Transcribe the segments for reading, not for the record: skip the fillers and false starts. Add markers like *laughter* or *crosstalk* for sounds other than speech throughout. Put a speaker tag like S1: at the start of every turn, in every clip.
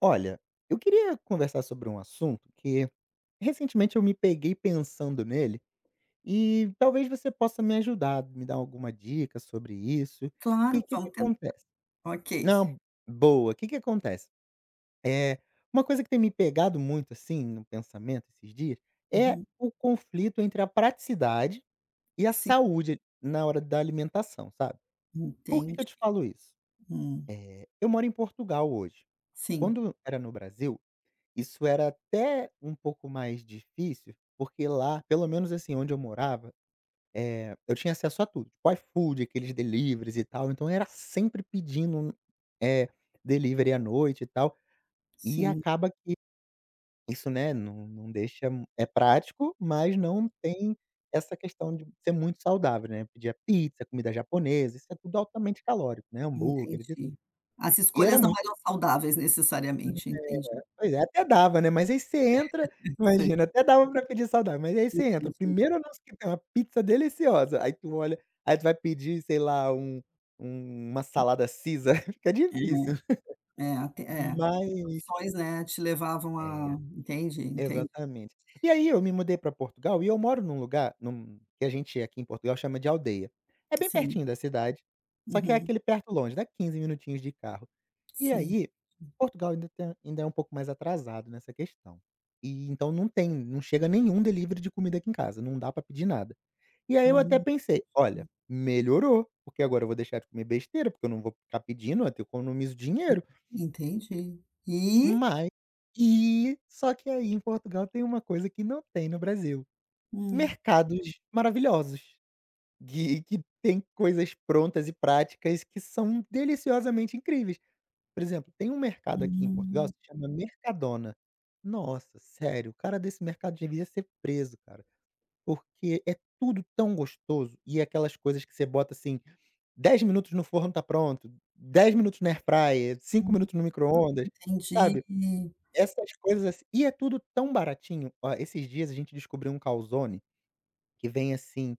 S1: Olha, eu queria conversar sobre um assunto que recentemente eu me peguei pensando nele e talvez você possa me ajudar, me dar alguma dica sobre isso. E
S2: Claro,
S1: o que que
S2: vamos tentar.
S1: acontece?
S2: Ok.
S1: Não, boa. O que que acontece? É uma coisa que tem me pegado muito, assim, no pensamento esses dias, é
S2: Uhum.
S1: o conflito entre a praticidade e a
S2: Sim,
S1: saúde na hora da alimentação, sabe. Por que que eu
S2: entendi.
S1: te falo isso?
S2: Hum.
S1: Eu moro em Portugal hoje.
S2: Sim,
S1: Quando era no Brasil isso era até um pouco mais difícil, porque lá, pelo menos assim, onde eu morava, eu tinha acesso a tudo, tipo iFood, aqueles deliveries e tal, então eu era sempre pedindo, eh, delivery à noite e tal, e
S2: sim,
S1: acaba que isso, né, não deixa é prático, mas não tem essa questão de ser muito saudável, né. Pedir a pizza, comida japonesa, isso é tudo altamente calórico, né, hambúrgueres
S2: entendi. As
S1: e era
S2: escolhas não
S1: muito.
S2: eram saudáveis necessariamente, entendi.
S1: Pois é, até dava, né, mas aí você entra,
S2: *laughs* Sei,
S1: imagina, até dava pra pedir saudável, mas aí você entra,
S2: entendi.
S1: primeiro anúncio que tem uma pizza deliciosa, aí tu olha, aí tu vai pedir, sei lá, uma salada Caesar, *laughs* fica difícil,
S2: É, é, até é.
S1: mas
S2: Opções, né, te levavam a entendi, entendi.
S1: exatamente. E aí eu me mudei pra Portugal e eu moro num lugar num que a gente aqui em Portugal chama de aldeia. É bem
S2: Sim.
S1: pertinho da cidade, só que é
S2: Uhum.
S1: aquele perto longe, dá 15 minutinhos de carro. E
S2: Sim.
S1: aí, Portugal ainda é um pouco mais atrasado nessa questão. E então não chega nenhum delivery de comida aqui em casa, não dá pra pedir nada. E aí eu até
S2: Uhum.
S1: pensei: "Olha, melhorou, porque agora eu vou deixar de comer besteira, porque eu não vou ficar pedindo, eu economizo
S2: Sim,
S1: dinheiro".
S2: entendi. E?
S1: Mas e só que aí em Portugal tem uma coisa que não tem no Brasil,
S2: Hum.
S1: mercados maravilhosos, que tem coisas prontas e práticas que são deliciosamente incríveis. Por exemplo, tem um mercado aqui em Portugal,
S2: Hum,
S1: se chama Mercadona. Nossa, sério, o cara desse mercado devia ser preso, cara, porque é tudo tão gostoso e aquelas coisas que você bota, assim, 10 minutos no forno tá pronto, 10 minutos na airfryer, 5 minutos no micro-ondas,
S2: entendi.
S1: sabe? Essas coisas assi e é tudo tão baratinho. Ó, esses dias a gente descobriu um calzone que vem assim,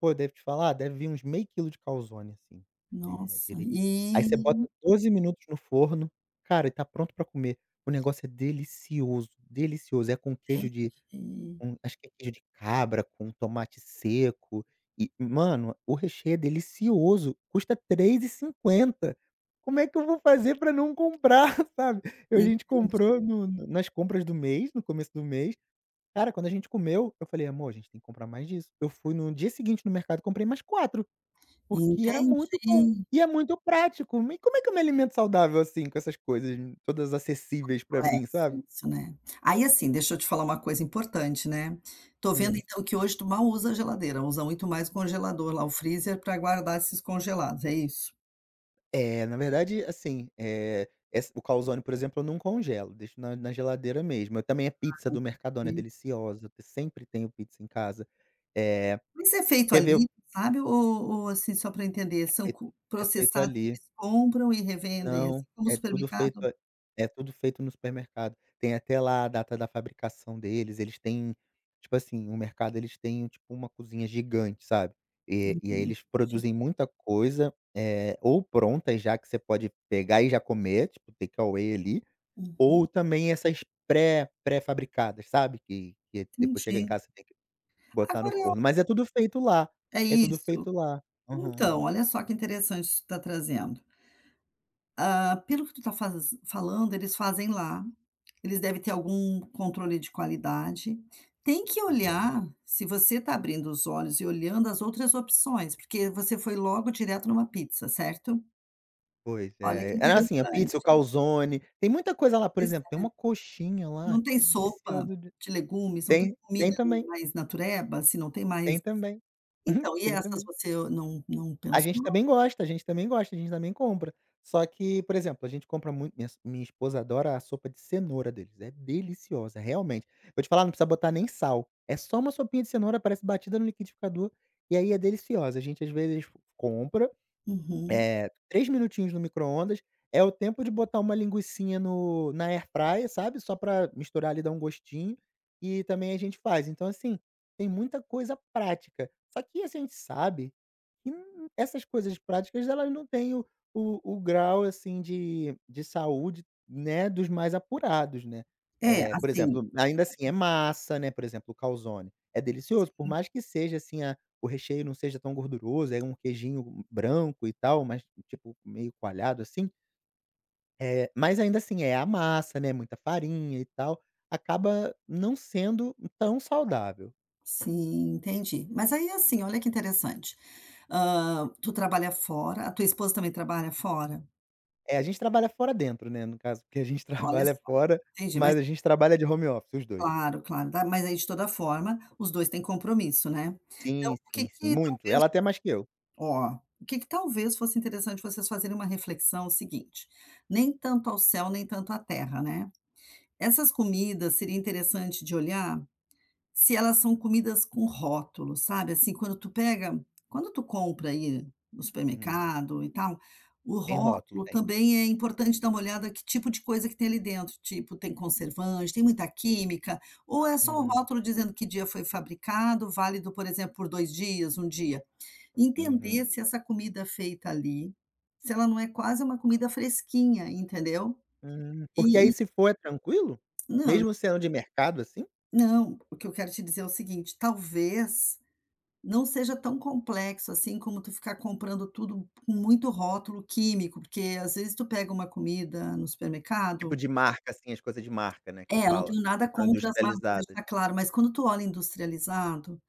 S1: pô, eu devo te falar, deve vir uns meio quilo de calzone, assim, né,
S2: Nossa,
S1: direitinho. Aí
S2: e
S1: você bota 12 minutos no forno, cara, e tá pronto pra comer. O negócio é delicioso, delicioso. É com queijo de,
S2: entendi.
S1: com acho que é queijo de cabra, com tomate seco e, mano, o recheio é delicioso, custa 3,50. Como é que eu vou fazer pra não comprar, *laughs* sabe? Eu a gente
S2: Entendi,
S1: comprou no no nas compras do mês, no começo do mês. Cara, quando a gente comeu, eu falei: "Amor, a gente tem que comprar mais disso". Eu fui no dia seguinte no mercado e comprei mais quatro, porque era muito bom
S2: entendi.
S1: e é muito prático. E como é que eu me alimento saudável assim, com essas coisas todas acessíveis pra mim,
S2: Complexo
S1: sabe?
S2: isso, né. Aí, assim, deixa eu te falar uma coisa importante, né. Tô vendo
S1: Hum.
S2: então que hoje tu mal usa a geladeira, usa muito mais o congelador lá, o freezer pra guardar esses congelados, é isso?
S1: É, na verdade, assim, essa o calzone, por exemplo, eu não congelo, deixo na geladeira mesmo. Eu também a pizza do Mercadona é
S2: Entendi.
S1: deliciosa, eu sempre tenho pizza em casa. Eh,
S2: Mas é feito
S1: quer ver o,
S2: ali, sabe, ou assim, só pra entender, são
S1: é
S2: co
S1: é feito
S2: processados que
S1: ali.
S2: eles compram e revendem, assim,
S1: Não,
S2: como
S1: é tudo feito
S2: supermercado?
S1: a é tudo feito no supermercado. Tem até lá a data da fabricação deles, eles têm, tipo assim, o mercado eles têm, tipo, uma cozinha gigante, sabe. E aí
S2: Uhum,
S1: eles
S2: entendi.
S1: produzem muita coisa, ou pronta já, que você pode pegar e já comer, tipo, take away ali, ou também essas pré-fabricadas, sabe, que depois chega em
S2: Entendi.
S1: casa você tem que botar no
S2: Agora eu
S1: forno, mas é tudo feito lá,
S2: é
S1: é tudo
S2: isso.
S1: feito lá. Aham.
S2: Então, olha só que interessante isso que tu tá trazendo. Ah, pelo que tu tá faz falando, eles fazem lá, eles devem ter algum controle de qualidade. Tem que
S1: Entendo.
S2: olhar, se você está abrindo os olhos e olhando as outras opções, porque você foi logo direto numa pizza, certo?
S1: Pois
S2: Olha que
S1: é. Era assim, a pizza, o
S2: interessante.
S1: calzone, tem muita coisa lá, por
S2: Pois
S1: exemplo, tem
S2: é.
S1: uma coxinha lá
S2: Não tem
S1: que é
S2: sopa
S1: deliciosa de,
S2: de legumes, não tem
S1: tem
S2: comida
S1: também,
S2: mais natureba, se não tem
S1: tem
S2: mais
S1: também. *laughs*
S2: então, e
S1: Tem
S2: essas
S1: também.
S2: você não
S1: A gente
S2: pensou?
S1: também gosta, a gente também gosta, a gente também compra. Só que, por exemplo, a gente compra muito, minha esposa adora a sopa de cenoura deles, é deliciosa, realmente. Vou te falar, não precisa botar nem sal, é só uma sopinha de cenoura, parece batida no liquidificador, e aí é deliciosa. A gente, às vezes, compra,
S2: Uhum.
S1: 3 minutinhos no micro-ondas, é o tempo de botar uma linguicinha no na air fryer, sabe, só pra misturar ali, dar um gostinho, e também a gente faz. Então, assim, tem muita coisa prática. Só que assim, a gente sabe e n essas coisas práticas elas não têm o o grau, assim, de saúde, né, dos mais apurados, né.
S2: É,
S1: Por
S2: assim.
S1: exemplo, ainda assim é massa, né, por exemplo, o calzone. É delicioso, por mais que seja, assim, a, o recheio não seja tão gorduroso, é um queijinho branco e tal, mas tipo meio coalhado, assim, mas ainda assim é a massa, né, muita farinha e tal, acaba não sendo tão saudável.
S2: Sim, entendi. Mas aí, assim, olha que interessante, hã, tu trabalha fora, a tua esposa também trabalha fora?
S1: É, a gente trabalha fora dentro, né, no caso, porque a gente *laughs*
S2: Olha
S1: trabalha
S2: só,
S1: fora,
S2: entendi, mas
S1: mas a gente trabalha de home office, os dois.
S2: claro, claro, dá, mas aí de toda forma, os 2 têm compromisso, né. Então
S1: Sim,
S2: o que
S1: sim, sim,
S2: que
S1: muito.
S2: talvez,
S1: Ela até mais que eu.
S2: ó, o que que talvez fosse interessante vocês fazerem uma reflexão é o seguinte: "Nem tanto ao céu, nem tanto à terra", né. Essas comidas seria interessante de olhar se elas são comidas com rótulo, sabe, assim, quando tu pega, quando tu compra aí no
S1: Uhum.
S2: supermercado e tal, o
S1: Tem rótulo,
S2: rótulo
S1: tem.
S2: também é importante dar uma olhada que tipo de coisa que tem ali dentro, tipo, tem conservante, tem muita química, ou é só o
S1: Uhum,
S2: rótulo dizendo que dia foi fabricado, válido, por exemplo, por 2 dias, um dia. Entender
S1: uhum.
S2: se essa comida feita ali, se ela não é quase uma comida fresquinha, entendeu?
S1: Porque
S2: E
S1: aí
S2: e
S1: se for é tranquilo?
S2: não,
S1: Mesmo sendo de mercado, assim?
S2: não, o que eu quero te dizer é o seguinte, talvez não seja tão complexo, assim, como tu ficar comprando tudo com muito rótulo químico, porque às vezes tu pega uma comida no supermercado.
S1: Tipo de marca, assim, as coisas de marca, né, que você
S2: É, eu não
S1: fala,
S2: tenho nada
S1: que são
S2: contra as marcas,
S1: industrializadas.
S2: deixar claro, mas quando tu olha industrializado,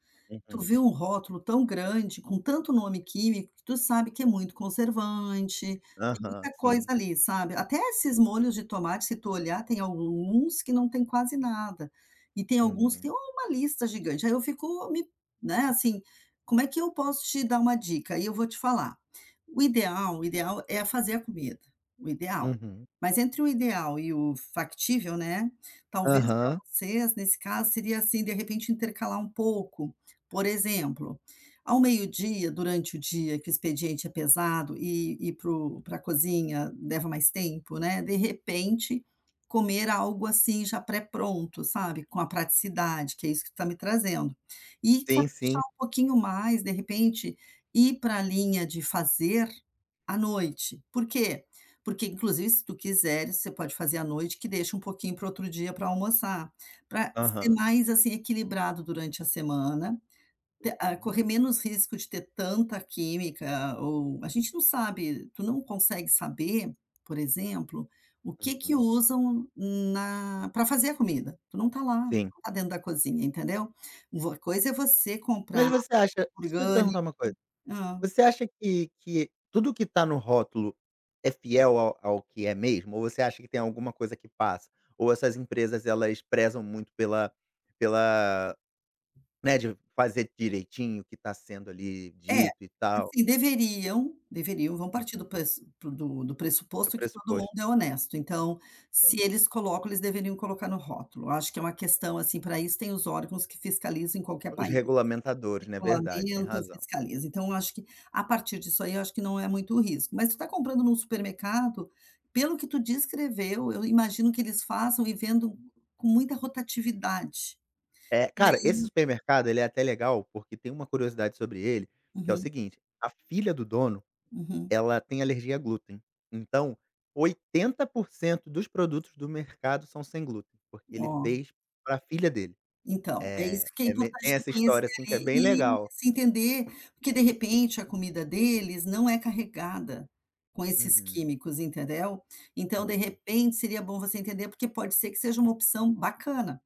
S2: tu
S1: Uhum.
S2: vê um rótulo tão grande, com tanto nome químico, que tu sabe que é muito conservante, tem
S1: Aham,
S2: muita coisa
S1: sim.
S2: ali, sabe. Até esses molhos de tomate, se tu olhar, tem alguns que não tem quase nada, e tem alguns que
S1: Uhum.
S2: tem uma lista gigante. Aí eu fico me, né, assim, como é que eu posso te dar uma dica? Aí eu vou te falar. O ideal é fazer a comida, o ideal.
S1: Uhum.
S2: Mas entre o ideal e o factível, né, talvez para
S1: Aham.
S2: vocês, nesse caso, seria, assim, de repente intercalar um pouco. Por exemplo, ao meio-dia, durante o dia que o expediente é pesado e ir para cozinha leva mais tempo, né, de repente, comer algo, assim, já pré-pronto, sabe, com a praticidade, que é isso que tu tá me trazendo. E
S1: Sim,
S2: caprichar
S1: sim.
S2: um pouquinho mais, de repente, ir para a linha de fazer à noite. Por quê? Porque, inclusive, se tu quiseres, você pode fazer à noite, que deixa um pouquinho para outro dia para almoçar, para ser
S1: Aham.
S2: mais, assim, equilibrado durante a semana, te
S1: Uhum.
S2: correr menos risco de ter tanta química, ou a gente não sabe, tu não consegue saber, por exemplo, o que que
S1: Uhum.
S2: usam na, para fazer a comida, tu não tá lá, tu
S1: Sim.
S2: não tá dentro da cozinha, entendeu. Uma coisa é você
S1: Mas
S2: comprar
S1: você acha, deixa eu te
S2: orgânico.
S1: perguntar uma coisa.
S2: Hã.
S1: Você acha que tudo que está no rótulo é fiel ao que é mesmo? Ou você acha que tem alguma coisa que passa? Ou essas empresas elas prezam muito pela pela, né, de fazer direitinho o que está sendo ali
S2: É,
S1: dito e tal?
S2: assim, deveriam, vão partir do
S1: Uhum.
S2: pres do
S1: Do
S2: pressuposto que todo mundo
S1: pressuposto.
S2: é honesto, então, se
S1: Aham.
S2: eles colocam, eles deveriam colocar no rótulo. Eu acho que é uma questão, assim, para isso tem os órgãos que fiscalizam em qualquer
S1: Os
S2: país.
S1: regulamentadores, né, verdade, tem
S2: Regulamenta,
S1: razão.
S2: fiscaliza. Então eu acho que, a partir disso aí, eu acho que não é muito risco. Mas tu está comprando num supermercado, pelo que tu descreveu, eu imagino que eles façam e vendam com muita rotatividade.
S1: É,
S2: E
S1: cara,
S2: aí,
S1: esse supermercado ele é até legal, porque tem uma curiosidade sobre ele, que é o
S2: uhum,
S1: seguinte, a filha do dono,
S2: uhum.
S1: ela tem alergia a glúten. Então, 80% dos produtos do mercado são sem glúten, porque ele
S2: Ó,
S1: fez pra filha dele.
S2: então, é isso
S1: É
S2: que é
S1: é me
S2: importante
S1: tem
S2: tu
S1: essa
S2: conhecer
S1: história, assim, que é
S2: ali
S1: bem
S2: e
S1: legal.
S2: se entender, porque de repente a comida deles não é carregada com esses
S1: Uhum,
S2: químicos, entendeu? Então, de
S1: uhum.
S2: repente, seria bom você entender, porque pode ser que seja uma opção bacana,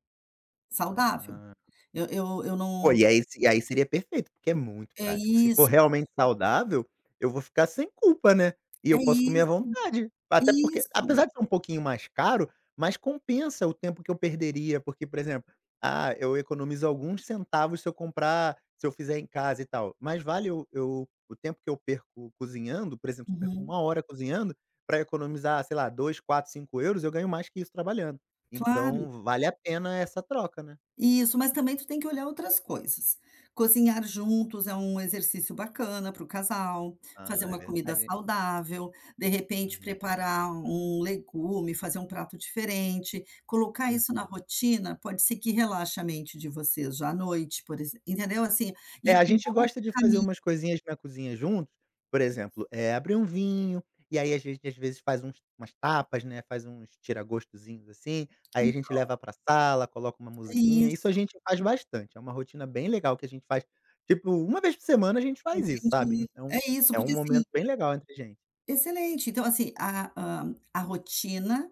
S2: saudável.
S1: Ah.
S2: Eu
S1: Pô,
S2: não
S1: e aí se e aí seria perfeito, porque é muito
S2: é
S1: prático. Se for
S2: isso,
S1: realmente saudável, eu vou ficar sem culpa, né, e
S2: é
S1: eu posso comer à
S2: isso,
S1: vontade. Até porque
S2: isso.
S1: apesar de ser um pouquinho mais caro, mas compensa o tempo que eu perderia, porque, por exemplo, ah, eu economizo alguns centavos se eu fizer em casa e tal, mas vale eu o tempo que eu perco cozinhando, por exemplo, se eu perco
S2: Uhum.
S1: uma hora cozinhando, para economizar, sei lá, 2, 4, 5 euros, eu ganho mais que isso trabalhando.
S2: Claro,
S1: Então vale a pena essa troca, né.
S2: isso, mas também tu tem que olhar outras coisas. Cozinhar juntos é um exercício bacana para o casal, fazer
S1: Ah, é
S2: uma comida
S1: verdade.
S2: saudável, de repente
S1: Uhum.
S2: preparar um legume, fazer um prato diferente, colocar isso na
S1: Uhum.
S2: rotina, pode ser que relaxe a mente de vocês já à noite, por exemplo, entendeu? Assim,
S1: É,
S2: ir
S1: a
S2: para um
S1: gente
S2: outro
S1: gosta de fazer
S2: caminho.
S1: umas coisinhas na cozinha juntos, por exemplo, abrir um vinho, e aí a gente às vezes faz uns umas tapas, né, faz uns tiragostozinhos, assim, aí a gente leva pra sala, coloca uma
S2: É
S1: musiquinha, isso a
S2: isso,
S1: gente faz bastante, é uma rotina bem legal que a gente faz, tipo, uma vez por semana a gente faz isso, sabe,
S2: entendi.
S1: então
S2: É isso,
S1: é um
S2: porque assim,
S1: momento bem legal entre a gente.
S2: excelente. Então, assim, a rotina,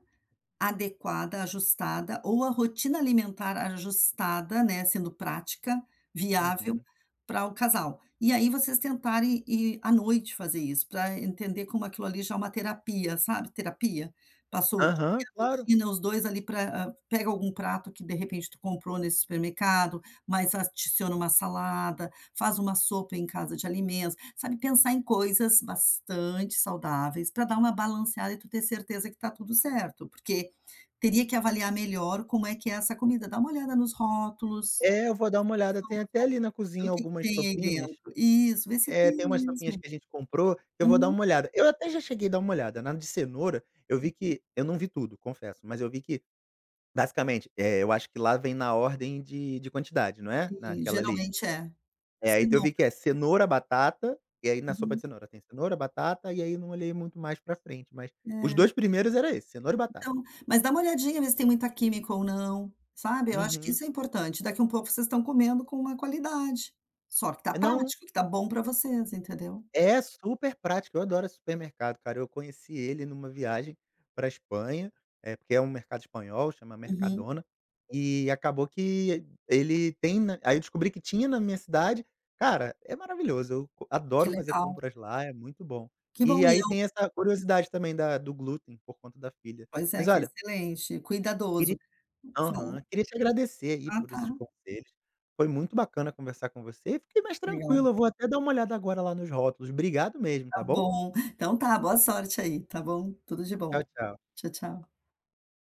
S2: adequada, ajustada, ou a rotina alimentar ajustada, né, sendo prática, viável
S1: Uhum.
S2: para o casal. E aí vocês tentarem ir à noite fazer isso, para entender como aquilo ali já é uma terapia, sabe, terapia. Passou o dia,
S1: Aham,
S2: a
S1: claro.
S2: rotina, os 2 ali para pega algum prato que de repente tu comprou nesse supermercado, mas adiciona uma salada, faz uma sopa em casa de alimentos, sabe, pensar em coisas bastante saudáveis para dar uma balanceada e tu ter certeza que está tudo certo, porque teria que avaliar melhor como é que é essa comida, dá uma olhada nos rótulos,
S1: É, eu vou dar uma olhada, tem até ali na
S2: o
S1: cozinha
S2: que que
S1: algumas
S2: tem aí
S1: sopinhas.
S2: dentro. Isso, vê se
S1: É,
S2: tem
S1: tem umas sopinhas
S2: mesmo.
S1: que a gente comprou, eu vou dar
S2: Hum,
S1: uma olhada. Eu até já cheguei a dar uma olhada, na de cenoura, eu vi que eu não vi tudo, confesso, mas eu vi que basicamente, eu acho que lá vem na ordem de quantidade, não é?
S2: sim,
S1: Naquela lista.
S2: geralmente é.
S1: É, aí então eu vi
S2: Cenoura.
S1: que é cenoura, batata, e aí na sopa de
S2: Uhum.
S1: cenoura tem cenoura, batata, e aí não olhei muito mais pra frente, mas os
S2: É,
S1: 2 primeiros era esse, cenoura e batata.
S2: então mas dá uma olhadinha, ver se tem muita química ou não, sabe, eu acho que
S1: Uhum.
S2: isso é importante, daqui um pouco vocês estão comendo com uma qualidade, só que tá
S1: É não
S2: prático, que tá bom para vocês, entendeu.
S1: é super prático, eu adoro esse supermercado, cara. Eu conheci ele numa viagem para Espanha, é porque é um mercado espanhol, chama
S2: Uhum,
S1: Mercadona, e acabou que ele tem na, aí eu descobri que tinha na minha cidade. Cara, é maravilhoso, eu co
S2: que
S1: adoro fazer
S2: legal.
S1: compras lá, é muito bom.
S2: Que
S1: E
S2: bom, e
S1: aí
S2: eu
S1: tem essa curiosidade também da do glúten, por conta da filha.
S2: pois é,
S1: Mas
S2: que
S1: olha,
S2: excelente,
S1: queria,
S2: cuidadoso. Fala.
S1: aham, queria te agradecer aí
S2: Ah
S1: por
S2: tá,
S1: esses conselhos. Foi muito bacana conversar com você, fiquei mais
S2: legal.
S1: tranquilo, eu vou até dar uma olhada agora lá nos rótulos. Obrigado mesmo,
S2: Tá
S1: tá bom?
S2: bom. Então tá, boa sorte aí, tá bom? Tudo de
S1: Tchau,
S2: bom.
S1: tchau.
S2: Tchau, tchau.